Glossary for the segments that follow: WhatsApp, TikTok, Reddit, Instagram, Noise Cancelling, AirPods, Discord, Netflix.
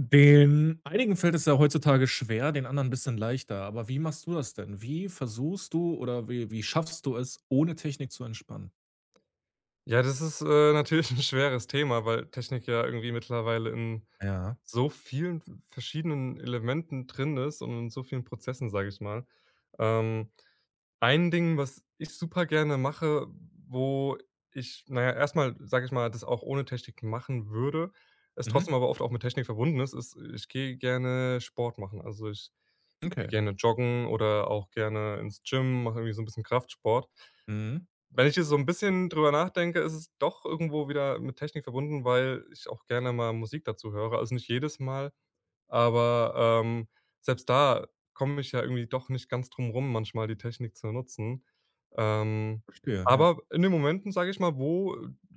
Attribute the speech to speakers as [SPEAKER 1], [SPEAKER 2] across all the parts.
[SPEAKER 1] Den einigen fällt es ja heutzutage schwer, den anderen ein bisschen leichter. Aber wie machst du das denn? Wie versuchst du oder wie schaffst du es, ohne Technik zu entspannen?
[SPEAKER 2] Ja, das ist, natürlich ein schweres Thema, weil Technik ja irgendwie mittlerweile in
[SPEAKER 1] Ja.
[SPEAKER 2] so vielen verschiedenen Elementen drin ist und in so vielen Prozessen, sage ich mal. Ähm, ein Ding, was ich super gerne mache, wo ich, erstmal, sage ich mal, das auch ohne Technik machen würde, es
[SPEAKER 1] Mhm.
[SPEAKER 2] trotzdem aber oft auch mit Technik verbunden ist, ist, ich gehe gerne Sport machen. Also, ich gehe
[SPEAKER 1] Okay.
[SPEAKER 2] gerne joggen oder auch gerne ins Gym, mache irgendwie so ein bisschen Kraftsport.
[SPEAKER 1] Mhm.
[SPEAKER 2] Wenn ich jetzt so ein bisschen drüber nachdenke, ist es doch irgendwo wieder mit Technik verbunden, weil ich auch gerne mal Musik dazu höre. Also, nicht jedes Mal aber, selbst da komme ich ja irgendwie doch nicht ganz drum rum, manchmal die Technik zu nutzen. Ähm,
[SPEAKER 1] Verstehe, ja.
[SPEAKER 2] aber in den Momenten, sage ich mal, wo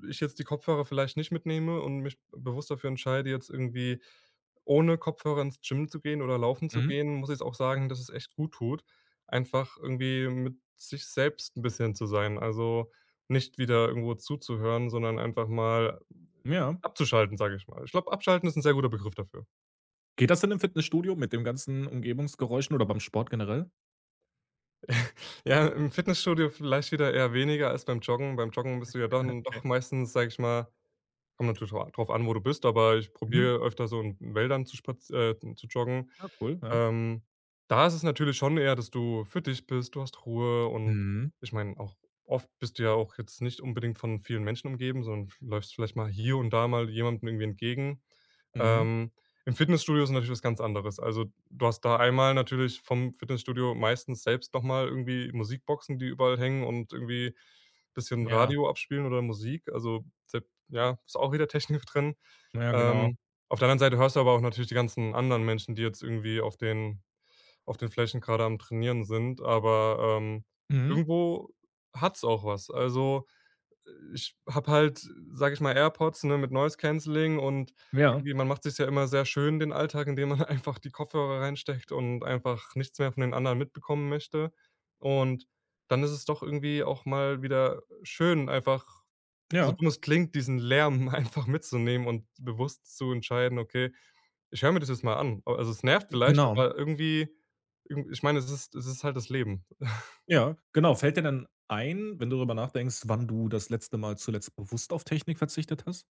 [SPEAKER 2] ich jetzt die Kopfhörer vielleicht nicht mitnehme und mich bewusst dafür entscheide, jetzt irgendwie ohne Kopfhörer ins Gym zu gehen oder laufen zu
[SPEAKER 1] Mhm.
[SPEAKER 2] gehen, muss ich auch sagen, dass es echt gut tut, einfach irgendwie mit sich selbst ein bisschen zu sein. Also, nicht wieder irgendwo zuzuhören, sondern einfach mal
[SPEAKER 1] Ja.
[SPEAKER 2] abzuschalten, sage ich mal. Ich glaube, abschalten ist ein sehr guter Begriff dafür.
[SPEAKER 1] Geht das denn im Fitnessstudio mit den ganzen Umgebungsgeräuschen oder beim Sport generell?
[SPEAKER 2] Ja, im Fitnessstudio vielleicht wieder eher weniger als beim Joggen. Beim Joggen bist du ja dann
[SPEAKER 1] Okay.
[SPEAKER 2] doch meistens, sag ich mal, kommt natürlich drauf an, wo du bist, aber ich
[SPEAKER 1] Mhm.
[SPEAKER 2] probiere öfter so in Wäldern zu spaz zu joggen.
[SPEAKER 1] Ja, cool, ja.
[SPEAKER 2] Ähm, da ist es natürlich schon eher, dass du für dich bist, du hast Ruhe und
[SPEAKER 1] Mhm.
[SPEAKER 2] ich meine, auch oft bist du ja auch jetzt nicht unbedingt von vielen Menschen umgeben, sondern f läufst vielleicht mal hier und da mal jemandem irgendwie entgegen.
[SPEAKER 1] Mhm.
[SPEAKER 2] Ähm, im Fitnessstudio ist natürlich was ganz anderes. Also, du hast da einmal natürlich vom Fitnessstudio meistens selbst noch mal irgendwie Musikboxen, die überall hängen und irgendwie bisschen
[SPEAKER 1] Ja.
[SPEAKER 2] Radio abspielen oder Musik. Also, ja, ist auch wieder Technik drin.
[SPEAKER 1] Ja, genau.
[SPEAKER 2] Ähm, auf der anderen Seite hörst du aber auch natürlich die ganzen anderen Menschen, die jetzt irgendwie auf den Flächen gerade am Trainieren sind, aber,
[SPEAKER 1] Mhm.
[SPEAKER 2] irgendwo hat's auch was. Also, ich habe halt, sage ich mal, AirPods, ne, mit Noise Cancelling und
[SPEAKER 1] Ja.
[SPEAKER 2] irgendwie man macht sich's ja immer sehr schön, den Alltag, indem man einfach die Kopfhörer reinsteckt und einfach nichts mehr von den anderen mitbekommen möchte. Und dann ist es doch irgendwie auch mal wieder schön, einfach, so
[SPEAKER 1] Ja.
[SPEAKER 2] dumm es klingt, diesen Lärm einfach mitzunehmen und bewusst zu entscheiden: „Okay, ich höre mir das jetzt mal an.“ Also, es nervt vielleicht,
[SPEAKER 1] Genau.
[SPEAKER 2] aber irgendwie irgend ich meine, es ist halt das Leben.
[SPEAKER 1] Ja, genau. Fällt dir denn ein, wenn du darüber nachdenkst, wann du das letzte Mal zuletzt bewusst auf Technik verzichtet hast?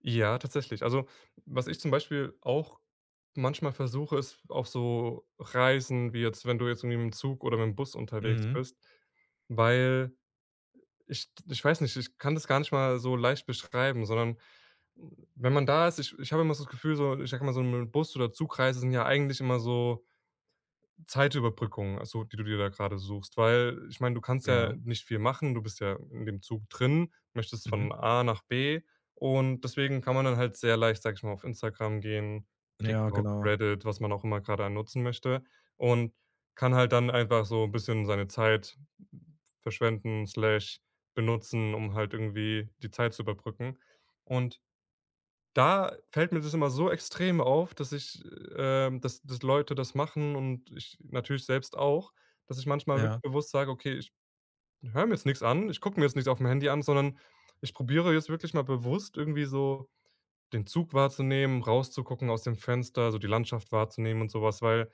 [SPEAKER 2] Ja, tatsächlich. Also, was ich zum Beispiel auch manchmal versuche, ist auf so Reisen, wie jetzt, wenn du jetzt irgendwie mit dem Zug oder mit dem Bus unterwegs
[SPEAKER 1] Mhm.
[SPEAKER 2] bist, weil ich weiß nicht, ich kann das gar nicht mal so leicht beschreiben, sondern wenn man da ist ich habe immer so das Gefühl, so ich sag mal, so 'ne Bus oder Zugreise sind ja eigentlich immer so Zeitüberbrückung, also, die du dir da gerade suchst, weil ich meine, du kannst ja
[SPEAKER 1] Ja.
[SPEAKER 2] nicht viel machen, du bist ja in dem Zug drin, möchtest
[SPEAKER 1] Mhm.
[SPEAKER 2] von A nach B und deswegen kann man dann halt sehr leicht, sag ich mal, auf Instagram gehen,
[SPEAKER 1] Ja,
[SPEAKER 2] TikTok,
[SPEAKER 1] genau.
[SPEAKER 2] Reddit, was man auch immer gerade nutzen möchte und kann halt dann einfach so ein bisschen seine Zeit verschwenden/benutzen, slash benutzen, um halt irgendwie die Zeit zu überbrücken und da fällt mir das immer so extrem auf, dass ich, dass Leute das machen und ich natürlich selbst auch, dass ich manchmal wirklich
[SPEAKER 1] Ja.
[SPEAKER 2] bewusst sage: „Okay, ich höre mir jetzt nichts an, ich gucke mir jetzt nichts auf dem Handy an, sondern ich probiere jetzt wirklich mal bewusst irgendwie so den Zug wahrzunehmen, rauszugucken aus dem Fenster, so die Landschaft wahrzunehmen und sowas, weil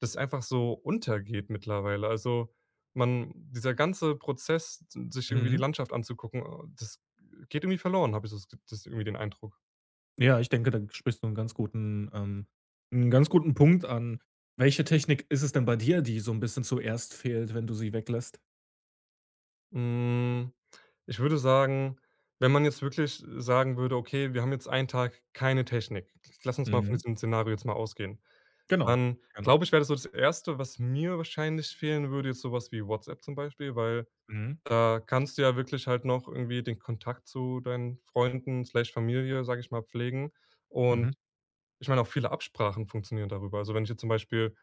[SPEAKER 2] das einfach so untergeht mittlerweile. Also, man dieser ganze Prozess, sich irgendwie die
[SPEAKER 1] Mhm.
[SPEAKER 2] Landschaft anzugucken, das geht irgendwie verloren, habe ich so das irgendwie den Eindruck.
[SPEAKER 1] Ja, ich denke, da sprichst du einen ganz guten 'n ganz guten Punkt an. Welche Technik ist es denn bei dir, die so ein bisschen zuerst fehlt, wenn du sie weglässt?
[SPEAKER 2] Hm, ich würde sagen, wenn man jetzt wirklich sagen würde: „Okay, wir haben jetzt einen Tag keine Technik. Lass uns mal von
[SPEAKER 1] Mhm.
[SPEAKER 2] diesem Szenario jetzt mal ausgehen.“
[SPEAKER 1] Genau.
[SPEAKER 2] Dann
[SPEAKER 1] Genau.
[SPEAKER 2] glaube ich, wäre das so das Erste, was mir wahrscheinlich fehlen würde, jetzt sowas wie WhatsApp zum Beispiel, weil
[SPEAKER 1] Mhm.
[SPEAKER 2] da kannst du ja wirklich halt noch irgendwie den Kontakt zu deinen Freunden/Familie, sage ich mal, pflegen.
[SPEAKER 1] Mhm.
[SPEAKER 2] Und ich meine, auch viele Absprachen funktionieren darüber. Also, wenn ich jetzt zum Beispiel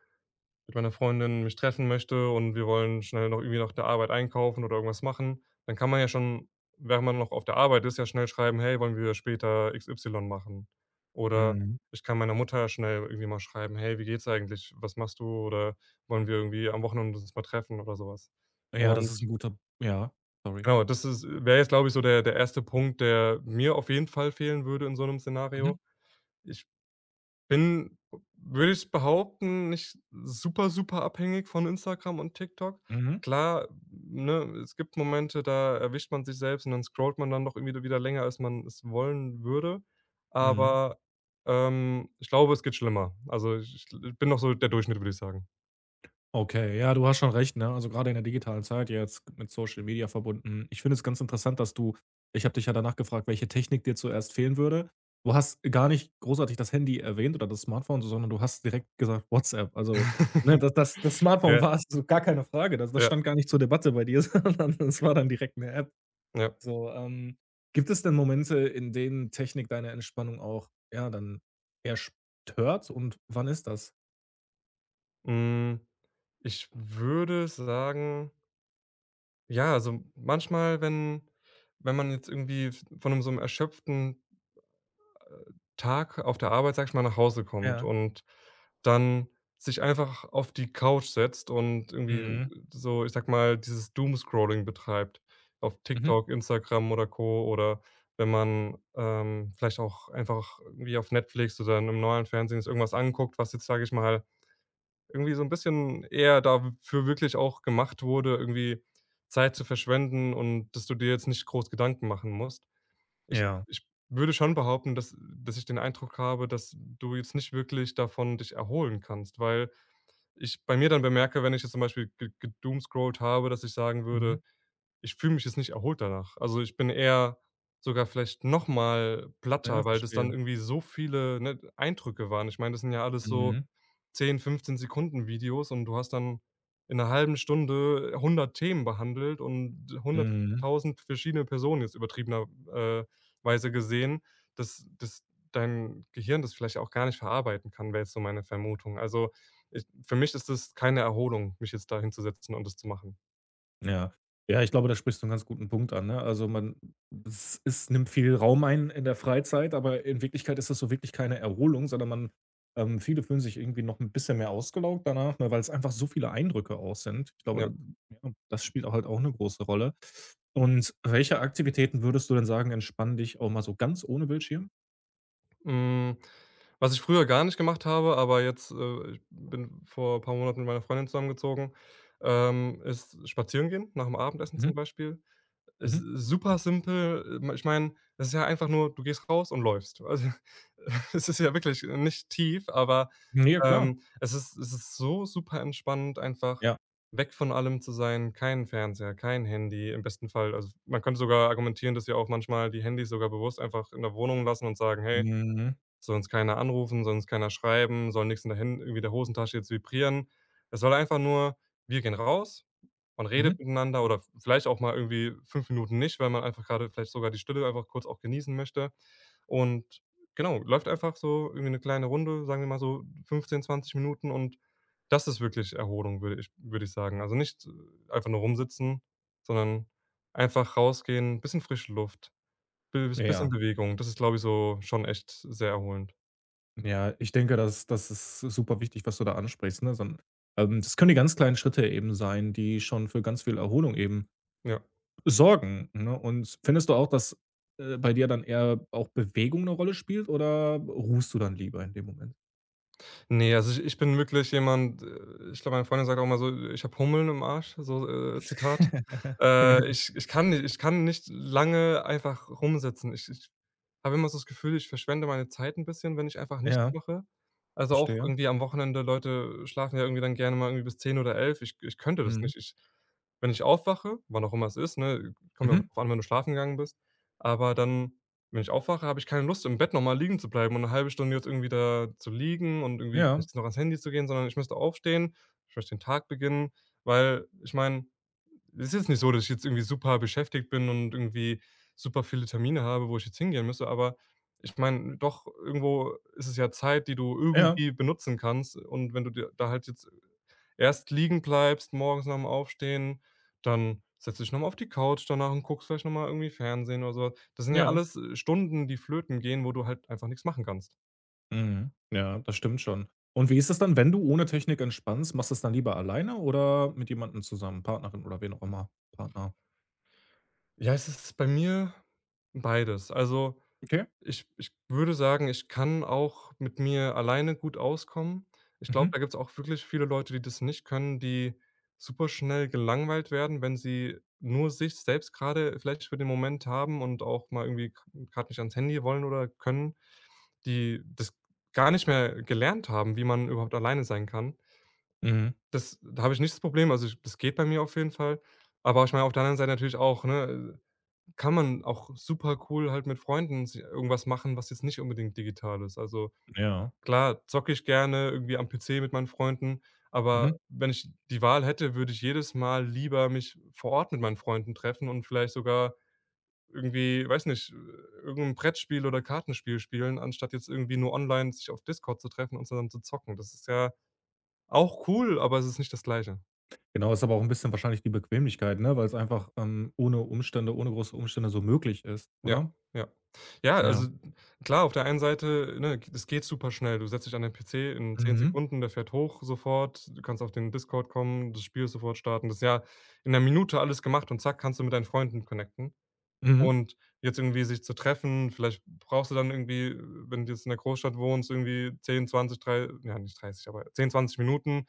[SPEAKER 2] mit meiner Freundin mich treffen möchte und wir wollen schnell noch irgendwie nach der Arbeit einkaufen oder irgendwas machen, dann kann man ja schon, während man noch auf der Arbeit ist, ja schnell schreiben: „Hey, wollen wir später XY machen?“ Oder
[SPEAKER 1] Mhm.
[SPEAKER 2] ich kann meiner Mutter schnell irgendwie mal schreiben: „Hey, wie geht's eigentlich? Was machst du?“ Oder: „Wollen wir irgendwie am Wochenende uns mal treffen?“ oder sowas?
[SPEAKER 1] Ja, das ist
[SPEAKER 2] Und
[SPEAKER 1] ein guter ja, sorry.
[SPEAKER 2] genau, das ist wäre jetzt, glaube ich, so der erste Punkt, der mir auf jeden Fall fehlen würde in so einem Szenario.
[SPEAKER 1] Mhm.
[SPEAKER 2] Ich bin, würde ich behaupten, nicht super, super abhängig von Instagram und TikTok.
[SPEAKER 1] Mhm.
[SPEAKER 2] Klar, ne, es gibt Momente, da erwischt man sich selbst und dann scrollt man dann doch irgendwie wieder länger, als man es wollen würde.
[SPEAKER 1] Mhm.
[SPEAKER 2] Aber, ich glaube, es geht schlimmer. Also, ich bin noch so der Durchschnitt, würde ich sagen.
[SPEAKER 1] Okay, ja, du hast schon recht, ne? Also gerade in der digitalen Zeit jetzt mit Social Media verbunden. Ich finde es ganz interessant, dass du ich habe dich ja danach gefragt, welche Technik dir zuerst fehlen würde. Du hast gar nicht großartig das Handy erwähnt oder das Smartphone, sondern du hast direkt gesagt WhatsApp. Also, ne, das Smartphone
[SPEAKER 2] Ja,
[SPEAKER 1] war es so gar keine Frage. Das
[SPEAKER 2] ja,
[SPEAKER 1] stand gar nicht zur Debatte bei dir, sondern das war dann direkt eine App.
[SPEAKER 2] ja.
[SPEAKER 1] So, gibt es denn Momente, in denen Technik deine Entspannung auch, ja, dann eher stört und wann ist das?
[SPEAKER 2] Hm, ich würde sagen, ja, also manchmal, wenn man jetzt irgendwie v von 'nem so einem erschöpften Tag auf der Arbeit, sage ich mal, nach Hause kommt
[SPEAKER 1] Ja.
[SPEAKER 2] und dann sich einfach auf die Couch setzt und irgendwie
[SPEAKER 1] Mhm.
[SPEAKER 2] so, ich sag mal, dieses Doomscrolling betreibt auf
[SPEAKER 1] Mhm.
[SPEAKER 2] TikTok, Instagram oder Co. Oder wenn man, vielleicht auch einfach irgendwie auf Netflix oder im normalen Fernsehen sich irgendwas anguckt, was jetzt, sage ich mal, irgendwie so ein bisschen eher dafür wirklich auch gemacht wurde, irgendwie Zeit zu verschwenden und dass du dir jetzt nicht groß Gedanken machen musst. Ich
[SPEAKER 1] Ja.
[SPEAKER 2] ich würde schon behaupten, dass ich den Eindruck habe, dass du jetzt nicht wirklich davon dich erholen kannst, weil ich bei mir dann bemerke, wenn ich jetzt zum Beispiel ge gedoomscrollt habe, dass ich sagen
[SPEAKER 1] Mhm.
[SPEAKER 2] würde: ich fühle mich jetzt nicht erholt danach. Also, ich bin eher sogar vielleicht noch mal
[SPEAKER 1] Ja,
[SPEAKER 2] platter, weil das dann
[SPEAKER 1] verstehe.
[SPEAKER 2] irgendwie so viele, ne, Eindrücke waren. Ich meine, das sind ja alles so
[SPEAKER 1] Mhm.
[SPEAKER 2] 10, 15 Sekunden Videos und du hast dann in 'ner halben Stunde 100 Themen behandelt und
[SPEAKER 1] Mhm.
[SPEAKER 2] 100.000 verschiedene Personen jetzt übertriebener äh, weise gesehen, dass dein Gehirn das vielleicht auch gar nicht verarbeiten kann, wäre jetzt so meine Vermutung. Also, ich für mich ist das keine Erholung, mich jetzt da hinzusetzen und das zu machen.
[SPEAKER 1] Ja. Ja, ich glaube, da sprichst du 'n ganz guten Punkt an, ne? Also, man es nimmt viel Raum ein in der Freizeit, aber in Wirklichkeit ist das so wirklich keine Erholung, sondern man viele fühlen sich irgendwie noch 'n bisschen mehr ausgelaugt danach, ne, weil's einfach so viele Eindrücke auch sind. Ich glaube, da
[SPEAKER 2] Ja.
[SPEAKER 1] ja, das spielt auch halt auch 'ne große Rolle. Und welche Aktivitäten würdest du denn sagen, entspannen dich auch mal so ganz ohne Bildschirm?
[SPEAKER 2] Hm, was ich früher gar nicht gemacht habe, aber jetzt, ich bin vor ein paar Monaten mit meiner Freundin zusammengezogen, ist spazieren gehen, nach dem Abendessen
[SPEAKER 1] Mhm.
[SPEAKER 2] zum Beispiel. Ist
[SPEAKER 1] Mhm.
[SPEAKER 2] super simpel. Ich meine, es ist ja einfach nur, du gehst raus und läufst. Also, es ist ja wirklich nicht tief, aber,
[SPEAKER 1] Ja, klar.
[SPEAKER 2] es ist so super entspannend, einfach
[SPEAKER 1] Ja.
[SPEAKER 2] weg von allem zu sein, kein Fernseher, kein Handy, im besten Fall. Also, man könnte sogar argumentieren, dass wir auch manchmal die Handys sogar bewusst einfach in der Wohnung lassen und sagen: „Hey,
[SPEAKER 1] Mhm.
[SPEAKER 2] soll uns keiner anrufen, soll uns keiner schreiben, soll nichts in der Hände irgendwie der Hosentasche jetzt vibrieren. Es soll einfach nur wir gehen raus“, man
[SPEAKER 1] Mhm.
[SPEAKER 2] redet miteinander oder vielleicht auch mal irgendwie 5 Minuten nicht, weil man einfach gerade vielleicht sogar die Stille einfach kurz auch genießen möchte. Und genau, läuft einfach so irgendwie eine kleine Runde, sagen wir mal so 15, 20 Minuten und das ist wirklich Erholung, würde ich sagen. Also, nicht einfach nur rumsitzen, sondern einfach rausgehen, bisschen frische Luft, bi bisschen
[SPEAKER 1] Ja.
[SPEAKER 2] Bewegung. Das ist, glaube ich, so schon echt sehr erholend.
[SPEAKER 1] Ja, ich denke, das ist super wichtig, was du da ansprichst, ne? So das können die ganz kleinen Schritte eben sein, die schon für ganz viel Erholung eben
[SPEAKER 2] Ja.
[SPEAKER 1] sorgen, ne? Und findest du auch, dass, bei dir dann eher auch Bewegung eine Rolle spielt oder ruhst du dann lieber in dem Moment?
[SPEAKER 2] Nee, also ich bin wirklich jemand, ich glaube, meine Freundin sagt auch mal so: „Ich habe Hummeln im Arsch“, so, Zitat. Ich ich kann nicht lange einfach rumsitzen. Ich habe immer so das Gefühl, ich verschwende meine Zeit ein bisschen, wenn ich einfach
[SPEAKER 1] Ja,
[SPEAKER 2] nichts
[SPEAKER 1] ja,
[SPEAKER 2] mache. Also auch
[SPEAKER 1] verstehe.
[SPEAKER 2] irgendwie am Wochenende, Leute schlafen ja irgendwie dann gerne mal irgendwie bis 10 oder 11. Ich könnte das
[SPEAKER 1] Mhm.
[SPEAKER 2] nicht. Ich, wenn ich aufwache, wann auch immer es ist, ne, kommt ja auch
[SPEAKER 1] Mhm.
[SPEAKER 2] drauf an, wann du schlafen gegangen bist, aber dann. Wenn ich aufwache, habe ich keine Lust, im Bett nochmal liegen zu bleiben und 'ne halbe Stunde jetzt irgendwie da zu liegen und irgendwie
[SPEAKER 1] Ja,
[SPEAKER 2] vielleicht noch ans Handy zu gehen, sondern ich müsste aufstehen, ich möchte den Tag beginnen, weil ich meine, es ist jetzt nicht so, dass ich jetzt irgendwie super beschäftigt bin und irgendwie super viele Termine habe, wo ich jetzt hingehen müsste, aber ich meine, doch irgendwo ist es ja Zeit, die du
[SPEAKER 1] ja,
[SPEAKER 2] irgendwie benutzen kannst. Und wenn du dir da halt jetzt erst liegen bleibst morgens nach dem Aufstehen, dann setzt du dich nochmal auf die Couch danach und guckst vielleicht nochmal irgendwie Fernsehen oder so. Das sind ja
[SPEAKER 1] ja.
[SPEAKER 2] alles, Stunden, die flöten gehen, wo du halt einfach nichts machen kannst.
[SPEAKER 1] Mhm. Ja, das stimmt schon. Und wie ist es dann, wenn du ohne Technik entspannst? Machst du es dann lieber alleine oder mit jemandem zusammen, Partnerin oder wen auch immer, Partner?
[SPEAKER 2] Ja, es ist bei mir beides. Also,
[SPEAKER 1] Okay.
[SPEAKER 2] ich würde sagen, ich kann auch mit mir alleine gut auskommen. Ich glaube,
[SPEAKER 1] Mhm.
[SPEAKER 2] da gibt's auch wirklich viele Leute, die das nicht können, die super schnell gelangweilt werden, wenn sie nur sich selbst gerade vielleicht für den Moment haben und auch mal irgendwie gerade nicht ans Handy wollen oder können. Die das gar nicht mehr gelernt haben, wie man überhaupt alleine sein kann.
[SPEAKER 1] Mhm.
[SPEAKER 2] Das, da habe ich nicht das Problem, also, ich, das geht bei mir auf jeden Fall. Aber ich meine auf der anderen Seite natürlich auch, ne, kann man auch super cool halt mit Freunden si irgendwas machen, was jetzt nicht unbedingt digital ist. Also,
[SPEAKER 1] Ja.
[SPEAKER 2] klar, zocke ich gerne irgendwie am PC mit meinen Freunden, aber
[SPEAKER 1] Mhm.
[SPEAKER 2] wenn ich die Wahl hätte, würde ich jedes Mal lieber mich vor Ort mit meinen Freunden treffen und vielleicht sogar irgendwie, weiß nicht, irgendein Brettspiel oder Kartenspiel spielen, anstatt jetzt irgendwie nur online sich auf Discord zu treffen und zusammen zu zocken. Das ist ja auch cool, aber es ist nicht das Gleiche.
[SPEAKER 1] Genau, ist aber auch ein bisschen wahrscheinlich die Bequemlichkeit, ne, weil es einfach, ohne Umstände ohne große Umstände so möglich ist,
[SPEAKER 2] Ja,
[SPEAKER 1] oder?
[SPEAKER 2] ja. Ja,
[SPEAKER 1] Ja.
[SPEAKER 2] also klar, auf der einen Seite, ne, g es geht super schnell. Du setzt dich an den PC in 10
[SPEAKER 1] Mhm.
[SPEAKER 2] Sekunden, der fährt hoch sofort, du kannst auf den Discord kommen, das Spiel ist sofort starten. Das ist ja in 'ner Minute alles gemacht und zack, kannst du mit deinen Freunden connecten.
[SPEAKER 1] Mhm.
[SPEAKER 2] Und jetzt irgendwie sich zu treffen, vielleicht brauchst du dann irgendwie, wenn du jetzt in der Großstadt wohnst, irgendwie 10, 20, drei ja, nicht 30, aber 10, 20 Minuten.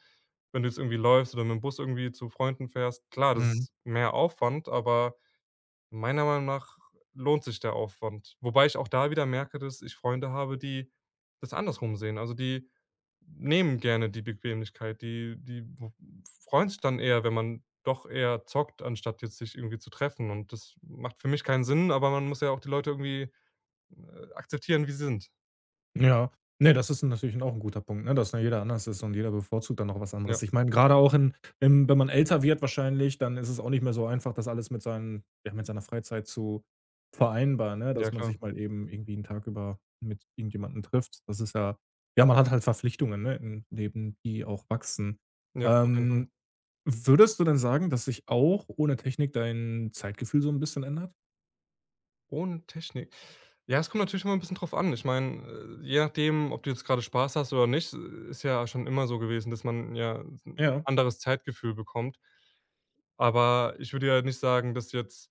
[SPEAKER 2] Wenn du jetzt irgendwie läufst oder mit dem Bus irgendwie zu Freunden fährst, klar, das
[SPEAKER 1] Mhm.
[SPEAKER 2] ist mehr Aufwand, aber meiner Meinung nach lohnt sich der Aufwand. Wobei ich auch da wieder merke, dass ich Freunde habe, die das andersrum sehen. Also, die nehmen gerne die Bequemlichkeit. Die die w freuen sich dann eher, wenn man doch eher zockt, anstatt jetzt sich irgendwie zu treffen. Und das macht für mich keinen Sinn, aber man muss ja auch die Leute irgendwie, akzeptieren, wie sie sind.
[SPEAKER 1] Ja. Ne, das ist natürlich auch ein guter Punkt, ne, dass da jeder anders ist und jeder bevorzugt dann noch was anderes.
[SPEAKER 2] Ja,
[SPEAKER 1] Ich meine, gerade auch in im wenn man älter wird wahrscheinlich, dann ist es auch nicht mehr so einfach, das alles mit seinen ja, mit seiner Freizeit zu vereinbaren, ne,
[SPEAKER 2] ja
[SPEAKER 1] dass man
[SPEAKER 2] klar.
[SPEAKER 1] sich mal eben irgendwie einen Tag über mit irgendjemandem trifft. Das ist ja ja, man hat halt Verpflichtungen, ne, im Leben, die auch wachsen.
[SPEAKER 2] Ja, auf jeden Fall.
[SPEAKER 1] Ähm Würdest du denn sagen, dass sich auch ohne Technik dein Zeitgefühl so 'n bisschen ändert?
[SPEAKER 2] Ohne Technik. Ja, es kommt natürlich immer ein bisschen drauf an. Ich meine, je nachdem, ob du jetzt gerade Spaß hast oder nicht, ist ja schon immer so gewesen, dass man ja 'n
[SPEAKER 1] Ja.
[SPEAKER 2] anderes Zeitgefühl bekommt. Aber ich würde ja nicht sagen, dass jetzt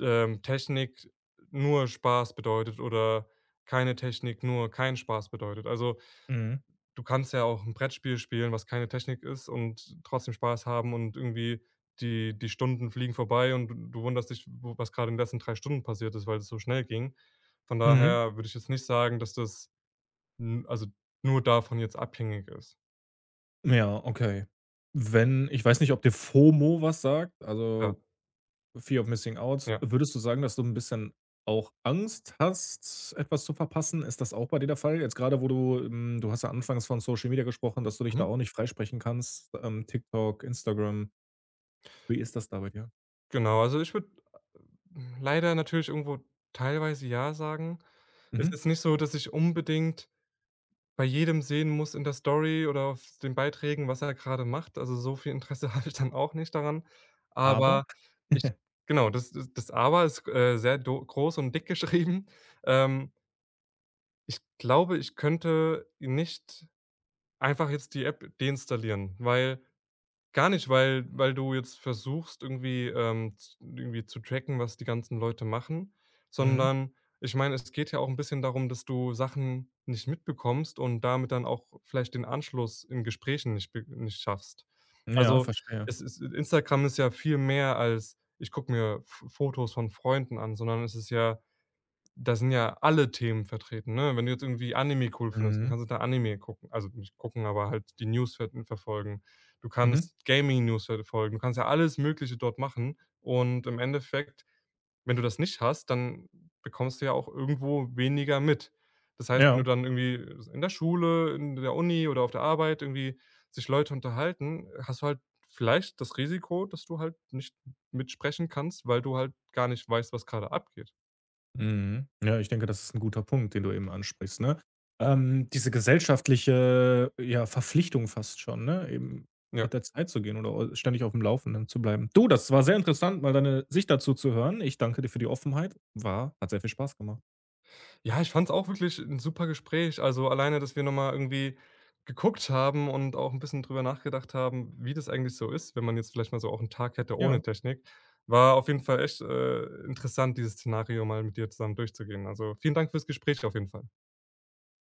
[SPEAKER 2] Technik nur Spaß bedeutet oder keine Technik nur kein Spaß bedeutet. Also,
[SPEAKER 1] Mhm.
[SPEAKER 2] du kannst ja auch ein Brettspiel spielen, was keine Technik ist und trotzdem Spaß haben und irgendwie die Stunden fliegen vorbei und du wunderst dich, w was gerade in den letzten 3 Stunden passiert ist, weil es so schnell ging. Von
[SPEAKER 1] Mhm.
[SPEAKER 2] daher würde ich jetzt nicht sagen, dass das n also, nur davon jetzt abhängig ist.
[SPEAKER 1] Ja, okay. Wenn ich weiß nicht, ob dir FOMO was sagt,
[SPEAKER 2] Ja,
[SPEAKER 1] also Fear of Missing Out.
[SPEAKER 2] ja.
[SPEAKER 1] Würdest du sagen, dass du 'n bisschen auch Angst hast, etwas zu verpassen? Ist das auch bei dir der Fall? Jetzt grade, wo du hm, du hast ja anfangs von Social Media gesprochen, dass du dich da
[SPEAKER 2] Mhm.
[SPEAKER 1] auch nicht freisprechen kannst, TikTok, Instagram. Wie ist das da bei dir?
[SPEAKER 2] Genau, also, ich würde leider natürlich irgendwo teilweise ja sagen. Es
[SPEAKER 1] Mhm.
[SPEAKER 2] ist nicht so, dass ich unbedingt bei jedem sehen muss in der Story oder auf den Beiträgen, was er gerade macht. Also, so viel Interesse habe ich dann auch nicht daran.
[SPEAKER 1] Aber?
[SPEAKER 2] Aber ich, genau, das Aber ist, sehr do groß und dick geschrieben. Ähm, Ich glaube, ich könnte nicht einfach jetzt die App deinstallieren, weil. Gar nicht, weil, du jetzt versuchst, irgendwie, z irgendwie zu tracken, was die ganzen Leute machen,
[SPEAKER 1] Mhm.
[SPEAKER 2] sondern ich meine, es geht ja auch ein bisschen darum, dass du Sachen nicht mitbekommst und damit dann auch vielleicht den Anschluss in Gesprächen nicht schaffst.
[SPEAKER 1] Ja,
[SPEAKER 2] Also,
[SPEAKER 1] verstehe.
[SPEAKER 2] es ist, Instagram ist ja viel mehr als: „Ich gucke mir F Fotos von Freunden an“, sondern es ist ja, da sind ja alle Themen vertreten, ne? Wenn du jetzt irgendwie Anime cool findest, dann
[SPEAKER 1] Mhm.
[SPEAKER 2] kannst du da Anime gucken. Also, nicht gucken, aber halt die News verfolgen. Du
[SPEAKER 1] Mhm.
[SPEAKER 2] kannst Gaming-News verfolgen. Du kannst ja alles Mögliche dort machen und im Endeffekt, wenn du das nicht hast, dann bekommst du ja auch irgendwo weniger mit. Das heißt, wenn
[SPEAKER 1] Ja.
[SPEAKER 2] du dann irgendwie in der Schule, in der Uni oder auf der Arbeit irgendwie sich Leute unterhalten, hast du halt vielleicht das Risiko, dass du halt nicht mitsprechen kannst, weil du halt gar nicht weißt, was gerade abgeht.
[SPEAKER 1] Mhm. Ja, ich denke, das ist ein guter Punkt, den du eben ansprichst, ne? Diese gesellschaftliche, ja, Verpflichtung fast schon, ne, eben
[SPEAKER 2] Ja.
[SPEAKER 1] mit der Zeit zu gehen oder ständig auf dem Laufenden zu bleiben. Du, das war sehr interessant, mal deine Sicht dazu zu hören. Ich danke dir für die Offenheit. War hat sehr viel Spaß gemacht.
[SPEAKER 2] Ja, ich fand's auch wirklich ein super Gespräch. Also, alleine, dass wir noch mal irgendwie geguckt haben und auch ein bisschen drüber nachgedacht haben, wie das eigentlich so ist, wenn man jetzt vielleicht mal so auch einen Tag hätte ohne
[SPEAKER 1] Ja.
[SPEAKER 2] Technik. War auf jeden Fall echt, interessant, dieses Szenario mal mit dir zusammen durchzugehen. Also, vielen Dank fürs Gespräch auf jeden Fall.